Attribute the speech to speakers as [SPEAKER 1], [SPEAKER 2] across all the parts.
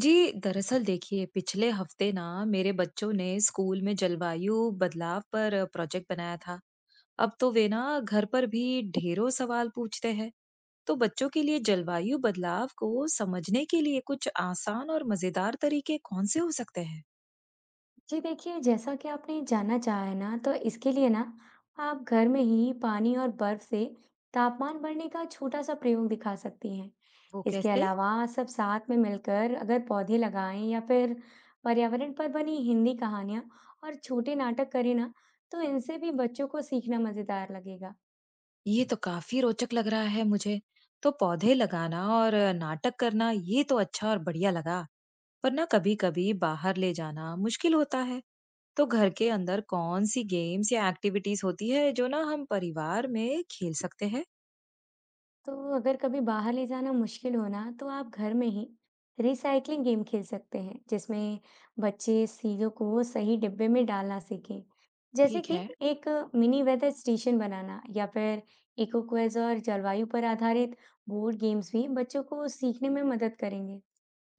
[SPEAKER 1] जी, दरअसल देखिए पिछले हफ्ते ना मेरे बच्चों ने स्कूल में जलवायु बदलाव पर प्रोजेक्ट बनाया था। अब तो वे ना घर पर भी ढेरों सवाल पूछते हैं। तो बच्चों के लिए जलवायु बदलाव को समझने के लिए कुछ आसान और मजेदार तरीके कौन से हो सकते हैं?
[SPEAKER 2] जी देखिए, जैसा कि आपने जानना चाहा है ना, तो इसके लिए ना आप घर में ही पानी और बर्फ से तापमान बढ़ने का छोटा-सा प्रयोग दिखा सकती हैं।
[SPEAKER 1] वो
[SPEAKER 2] इसके
[SPEAKER 1] कैसे?
[SPEAKER 2] अलावा सब साथ में मिलकर अगर पौधे लगाएं या फिर पर्यावरण पर बनी हिंदी कहानियाँ और छोटे नाटक करें ना, तो इनसे भी बच्चों को सीखना मज़ेदार लगेगा।
[SPEAKER 1] ये तो काफी रोचक लग रहा है मुझे। तो पौधे लगाना और नाटक करना ये तो अच्छा और बढ़िया लगा। पर ना कभी-कभी बाहर ले जाना मुश्किल होता है। तो घर के अंदर कौन-सी गेम्स या एक्टिविटीज़ होती है जो ना हम परिवार में खेल सकते हैं?
[SPEAKER 2] तो अगर कभी बाहर ले जाना मुश्किल हो ना तो आप घर में ही रिसाइकलिंग गेम खेल सकते हैं जिसमें बच्चे चीजों को सही डिब्बे में डालना सीखें, जैसे
[SPEAKER 1] ठीक
[SPEAKER 2] कि
[SPEAKER 1] है।
[SPEAKER 2] एक मिनी वेदर स्टेशन बनाना या फिर इको क्विज और जलवायु पर आधारित बोर्ड गेम्स भी बच्चों को सीखने में मदद करेंगे।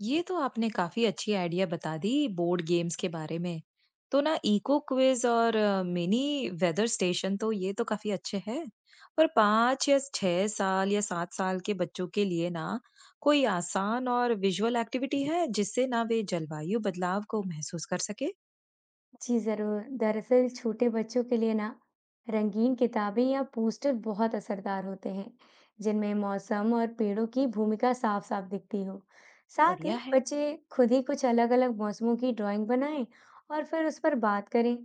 [SPEAKER 1] ये तो आपने काफ़ी अच्छी आइडिया बता दी बोर्ड गेम्स के बारे में। तो ना इको क्विज और मिनी वेदर स्टेशन तो ये तो काफ़ी अच्छे हैं। पर 5 या 6 साल या 7 साल के बच्चों के लिए ना कोई आसान और विजुअल एक्टिविटी है जिससे ना वे जलवायु बदलाव को महसूस कर सके?
[SPEAKER 2] जी, ज़रूर। दरअसल छोटे बच्चों के लिए ना रंगीन किताबें या पोस्टर बहुत असरदार होते हैं, जिनमें मौसम और पेड़ों की भूमिका साफ-साफ दिखती हो। साथ ही
[SPEAKER 1] बढ़िया है।
[SPEAKER 2] बच्चे खुद ही कुछ अलग-अलग मौसमों की ड्राइंग बनाएं और फिर उस पर बात करें।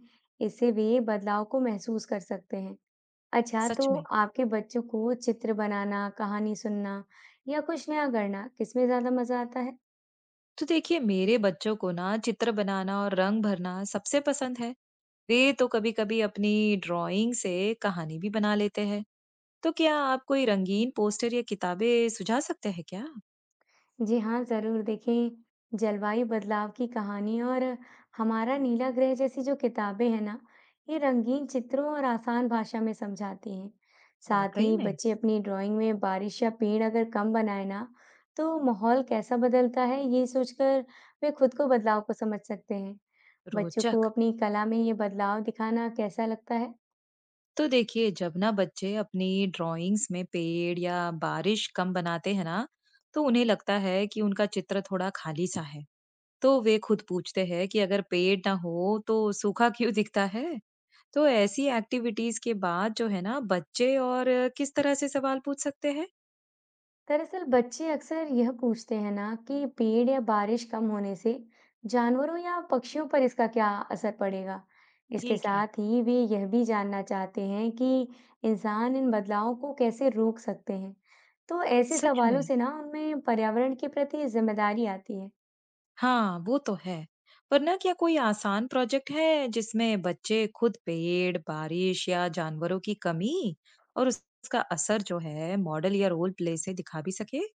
[SPEAKER 2] इससे वे बदलाव को महसूस कर सकते हैं। अच्छा,
[SPEAKER 1] सच
[SPEAKER 2] तो
[SPEAKER 1] में।
[SPEAKER 2] आपके बच्चों को चित्र बनाना, कहानी सुनना या कुछ नया करना, किसमें ज़्यादा मज़ा आता है?
[SPEAKER 1] तो देखिए मेरे बच्चों को ना चित्र बनाना और रंग भरना सबसे पसंद है। वे तो कभी कभी अपनी ड्राइंग से कहानी भी बना लेते हैं। तो क्या आप कोई रंगीन पोस्टर या किताबें सुझा सकते हैं क्या?
[SPEAKER 2] जी हाँ, ज़रूर। देखिए, जलवायु बदलाव की कहानी और हमारा नीला ग्रह जैसी जो किताबें हैं ना, ये रंगीन चित्रों और आसान भाषा में समझाती हैं। साथ
[SPEAKER 1] वाकई
[SPEAKER 2] ही
[SPEAKER 1] में।
[SPEAKER 2] बच्चे अपनी ड्राइंग में बारिश या पेड़ अगर कम बनाए ना, तो माहौल कैसा बदलता है, ये सोचकर वे खुद को बदलाव को समझ सकते हैं। बच्चों को
[SPEAKER 1] रोचक।
[SPEAKER 2] अपनी कला में ये बदलाव दिखाना कैसा लगता है?
[SPEAKER 1] तो देखिए जब ना बच्चे अपनी ड्राइंग्स में पेड़ या बारिश कम बनाते हैं ना तो उन्हें लगता है कि उनका चित्र थोड़ा खाली सा है। तो वे खुद पूछते हैं कि अगर पेड़ ना हो तो सूखा क्यों दिखता है। तो ऐसी एक्टिविटीज के बाद जो है ना बच्चे और किस तरह से सवाल पूछ सकते हैं?
[SPEAKER 2] दरअसल बच्चे अक्सर यह पूछते हैं ना कि पेड़ या बारिश कम होने से जानवरों या पक्षियों पर इसका क्या असर पड़ेगा। इसके
[SPEAKER 1] ठीक है।
[SPEAKER 2] साथ ही वे यह भी जानना चाहते हैं कि इंसान इन बदलावों को कैसे रोक सकते हैं। तो ऐसे
[SPEAKER 1] सच
[SPEAKER 2] सवालों
[SPEAKER 1] में।
[SPEAKER 2] से ना उनमें पर्यावरण के प्रति जिम्मेदारी आती है।
[SPEAKER 1] हाँ वो तो है। पर ना क्या कोई आसान प्रोजेक्ट है जिसमें बच्चे खुद पेड़ बारिश या जानवरों की कमी और उसका असर जो है मॉडल या रोल प्ले से दिखा भी सके?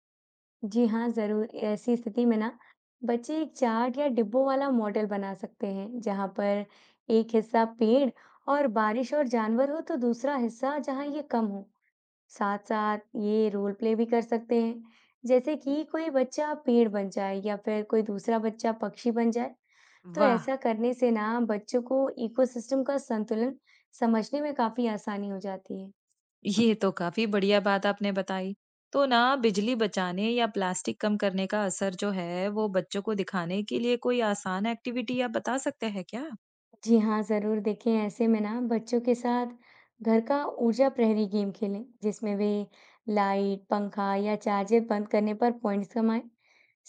[SPEAKER 2] जी हाँ, जरूर। ऐसी स्थिति में ना बच्चे एक चार्ट या डिब्बों वाला मॉडल बना सकते हैं जहाँ पर एक हिस्सा पेड़ और बारिश और जानवर हो, तो दूसरा हिस्सा जहाँ ये कम हो। साथ-साथ ये रोल प्ले भी कर सकते हैं, जैसे कि कोई बच्चा पेड़ बन जाए या फिर कोई दूसरा बच्चा पक्षी बन जाए। तो
[SPEAKER 1] वाह।
[SPEAKER 2] ऐसा करने से ना बच्चों को इकोसिस्टम का संतुलन समझने में काफ़ी आसानी हो जाती है।
[SPEAKER 1] ये तो काफी बढ़िया बात आपने बताई। तो ना बिजली बचाने या प्लास्टिक कम करने का असर जो है वो बच्चों को दिखाने के लिए कोई आसान एक्टिविटी आप बता सकते हैं क्या?
[SPEAKER 2] जी हाँ, ज़रूर देखें। ऐसे में ना बच्चों के साथ घर का ऊर्जा प्रहरी गेम खेलें, जिसमें वे लाइट, पंखा या चार्जर बंद करने पर पॉइंट्स कमाएं।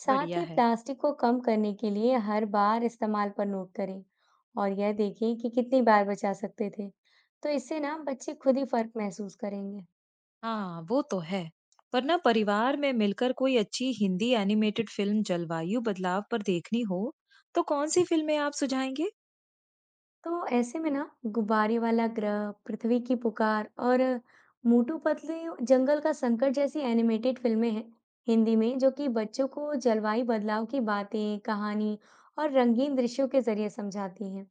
[SPEAKER 2] साथ
[SPEAKER 1] बढ़िया
[SPEAKER 2] ही
[SPEAKER 1] है।
[SPEAKER 2] प्लास्टिक को कम करने के लिए हर बार इस्तेमाल पर नोट करें और यह देखें कि कितनी बार बचा सकते थे। तो इससे ना बच्चे खुद ही फर्क महसूस करेंगे।
[SPEAKER 1] हाँ वो तो है। पर ना परिवार में मिलकर कोई अच्छी हिंदी एनिमेटेड फिल्म जलवायु बदलाव पर देखनी हो तो कौन सी फिल्में आप सुझाएंगे?
[SPEAKER 2] तो ऐसे में ना गुब्बारे वाला ग्रह, पृथ्वी की पुकार और मोटू पतलू जंगल का संकट जैसी एनिमेटेड फिल्में हैं हिंदी में, जो कि बच्चों को जलवायु बदलाव की बातें, कहानी और रंगीन दृश्यों के जरिए समझाती हैं।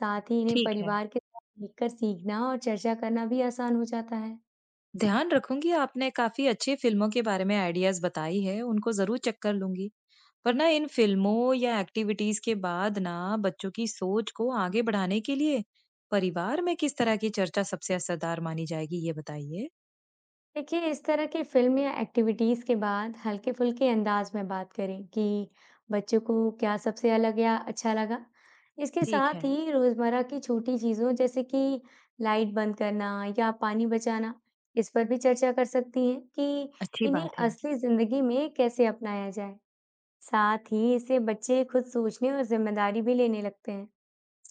[SPEAKER 2] साथ ही इन्हें
[SPEAKER 1] ठीक है।
[SPEAKER 2] परिवार के साथ देखकर सीखना और चर्चा करना भी आसान हो जाता है।
[SPEAKER 1] ध्यान रखूंगी, आपने काफी अच्छी फिल्मों के बारे में आइडियाज बताई है, उनको जरूर चेक कर लूंगी। पर ना इन फिल्मों या एक्टिविटीज के बाद ना बच्चों की सोच को आगे बढ़ाने के लिए परिवार में किस तरह की चर्चा सबसे असरदार मानी जाएगी, ये बताइए।
[SPEAKER 2] देखिए, इस तरह की फ़िल्म या एक्टिविटीज़ के बाद हल्के-फुल्के अंदाज़ में बात करें कि बच्चों को क्या सबसे अलग या अच्छा लगा। इसके
[SPEAKER 1] ठीक है।
[SPEAKER 2] साथ ही रोज़मर्रा की छोटी चीज़ों, जैसे कि लाइट बंद करना या पानी बचाना, इस पर भी चर्चा कर सकती हैं कि
[SPEAKER 1] अच्छी
[SPEAKER 2] इन्हें
[SPEAKER 1] बात है।
[SPEAKER 2] असली ज़िंदगी में कैसे अपनाया जाए। साथ ही इससे बच्चे खुद सोचने और ज़िम्मेदारी भी लेने लगते हैं।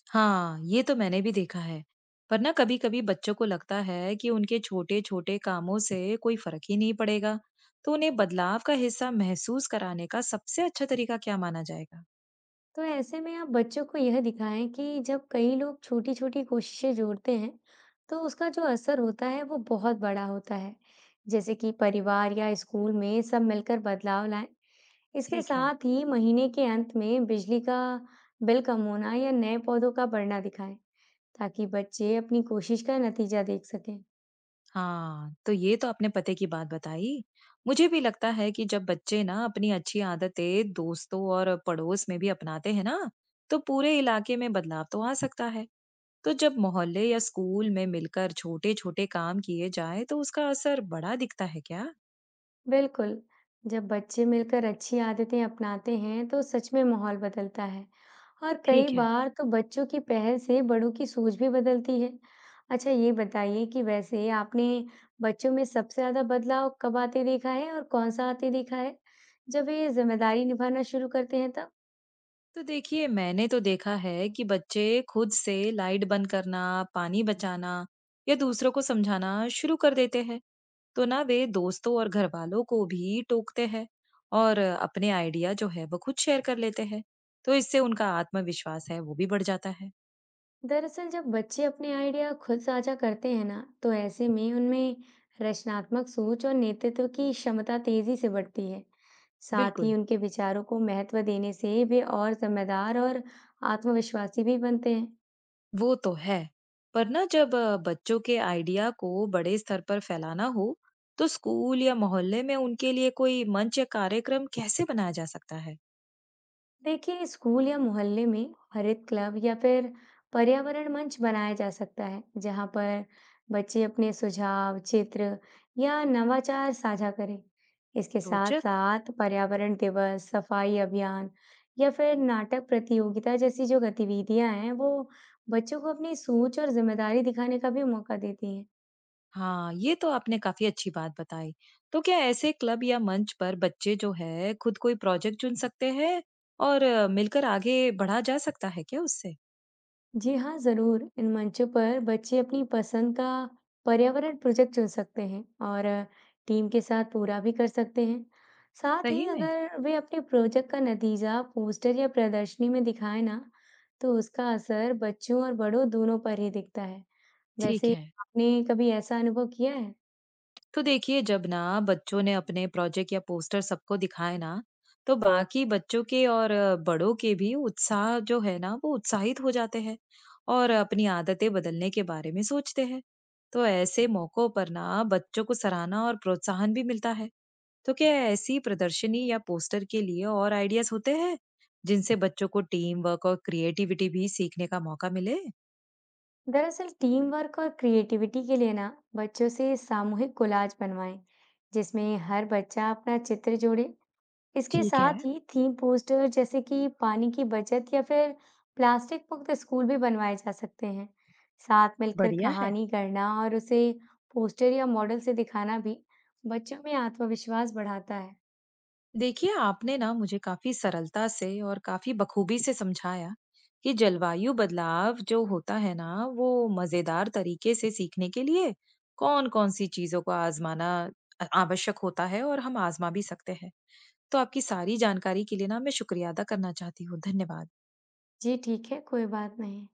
[SPEAKER 1] हाँ, ये तो मैंने भी देखा है। पर ना कभी-कभी बच्चों को लगता है कि उनके छोटे-छोटे कामों से कोई फर्क ही नहीं पड़ेगा, तो उन्हें बदलाव का हिस्सा महसूस कराने का सबसे अच्छा तरीका क्या माना जाएगा?
[SPEAKER 2] तो ऐसे में आप बच्चों को यह दिखाएं कि जब कई लोग छोटी-छोटी कोशिशें जोड़ते हैं, तो उसका जो असर होता है वो बहुत बड़ा होता है। जैसे कि परिवार या स्कूल में सब मिलकर बदलाव लाएं। इसके
[SPEAKER 1] ठीक है।
[SPEAKER 2] साथ ही महीने के अंत में बिजली का बिल कम होना या नए पौधों का बढ़ना दिखाएं, ताकि बच्चे अपनी कोशिश का नतीजा देख सकें।
[SPEAKER 1] हाँ, तो ये तो अपने पते की बात बताई। मुझे भी लगता है कि जब बच्चे ना अपनी अच्छी आदतें दोस्तों और पड़ोस में भी अपनाते हैं ना, तो पूरे इलाके में बदलाव तो आ सकता है। तो जब मोहल्ले या स्कूल में मिलकर छोटे-छोटे काम किए जाए, तो उसका असर बड़ा दिखता है क्या?
[SPEAKER 2] बिल्कुल, जब बच्चे मिलकर अच्छी आदतें अपनाते हैं, तो सच में माहौल बदलता है और कई
[SPEAKER 1] ठीक है।
[SPEAKER 2] बार तो बच्चों की पहल से बड़ों की सोच भी बदलती है। अच्छा, ये बताइए कि वैसे आपने बच्चों में सबसे ज़्यादा बदलाव कब आते देखा है और कौन-सा आते देखा है? जब ये ज़िम्मेदारी निभाना शुरू करते हैं तब?
[SPEAKER 1] तो देखिए मैंने तो देखा है कि बच्चे खुद से लाइट बंद करना, पानी बचाना या दूसरों को समझाना शुरू कर देते हैं, तो ना वे दोस्तों और घर वालों को भी टोकते हैं और अपने आइडिया जो है वो खुद शेयर कर लेते हैं। तो इससे उनका आत्मविश्वास है वो भी बढ़ जाता है।
[SPEAKER 2] दरअसल जब बच्चे अपने आइडिया खुद साझा करते हैं ना, तो ऐसे में उनमें रचनात्मक सोच और नेतृत्व की क्षमता तेजी से बढ़ती है। साथ ही
[SPEAKER 1] बिल्कुल।
[SPEAKER 2] उनके विचारों को महत्व देने से वे और जिम्मेदार और आत्मविश्वासी भी बनते हैं।
[SPEAKER 1] वो तो है। पर ना जब बच्चों के आइडिया को बड़े स्तर पर फैलाना हो, तो स्कूल या मोहल्ले में उनके लिए कोई मंच या कार्यक्रम कैसे बनाया जा सकता है?
[SPEAKER 2] देखिए, स्कूल या मोहल्ले में हरित क्लब या फिर पर्यावरण मंच बनाया जा सकता है, जहां पर बच्चे अपने सुझाव, चित्र या नवाचार साझा करें। इसके साथ
[SPEAKER 1] रोचक।
[SPEAKER 2] साथ पर्यावरण दिवस, सफाई अभियान या फिर नाटक प्रतियोगिता जैसी जो गतिविधियां हैं, वो बच्चों को अपनी सोच और जिम्मेदारी दिखाने का भी मौका देती हैं।
[SPEAKER 1] हाँ, ये तो आपने काफी अच्छी बात बताई। तो क्या ऐसे क्लब या मंच पर बच्चे जो है खुद कोई प्रोजेक्ट चुन सकते हैं और मिलकर आगे बढ़ा जा सकता है क्या उससे?
[SPEAKER 2] जी हाँ, ज़रूर। इन मंचों पर बच्चे अपनी पसंद का पर्यावरण प्रोजेक्ट चुन सकते हैं और टीम के साथ पूरा भी कर सकते हैं। साथ ही
[SPEAKER 1] सही में?
[SPEAKER 2] अगर वे अपने प्रोजेक्ट का नतीजा पोस्टर या प्रदर्शनी में दिखाएं ना, तो उसका असर बच्चों और बड़ों दोनों पर ही दिखता है।
[SPEAKER 1] ठीक
[SPEAKER 2] वैसे,
[SPEAKER 1] है।
[SPEAKER 2] आपने कभी ऐसा अनुभव किया है?
[SPEAKER 1] तो देखिए जब ना बच्चों ने अपने प्रोजेक्ट या पोस्टर सबको दिखाए ना, तो बाकी बच्चों के और बड़ों के भी उत्साह जो है ना वो उत्साहित हो जाते हैं और अपनी आदतें बदलने के बारे में सोचते हैं। तो ऐसे मौकों पर ना बच्चों को सराहना और प्रोत्साहन भी मिलता है। तो क्या ऐसी प्रदर्शनी या पोस्टर के लिए और आइडियाज होते हैं जिनसे बच्चों को टीम वर्क और क्रिएटिविटी भी सीखने का मौका मिले?
[SPEAKER 2] दरअसल टीम वर्क और क्रिएटिविटी के लिए ना बच्चों से सामूहिक कोलाज बनवाएं, जिसमें हर बच्चा अपना चित्र जोड़े। इसके
[SPEAKER 1] ठीक है।
[SPEAKER 2] साथ ही थीम पोस्टर, जैसे कि पानी की बचत या फिर प्लास्टिक मुक्त स्कूल भी बनवाए जा सकते हैं। साथ मिलकर
[SPEAKER 1] बढ़िया है।
[SPEAKER 2] कहानी गढ़ना और उसे पोस्टर या मॉडल से दिखाना भी बच्चों में आत्मविश्वास बढ़ाता है।
[SPEAKER 1] देखिए आपने ना मुझे काफी सरलता से और काफी बखूबी से समझाया कि जलवायु बदलाव जो होता है ना वो मजेदार तरीके से सीखने के लिए कौन कौन सी चीजों को आजमाना आवश्यक होता है और हम आजमा भी सकते हैं। तो आपकी सारी जानकारी के लिए ना मैं शुक्रिया अदा करना चाहती हूँ। धन्यवाद।
[SPEAKER 2] जी ठीक है, कोई बात नहीं।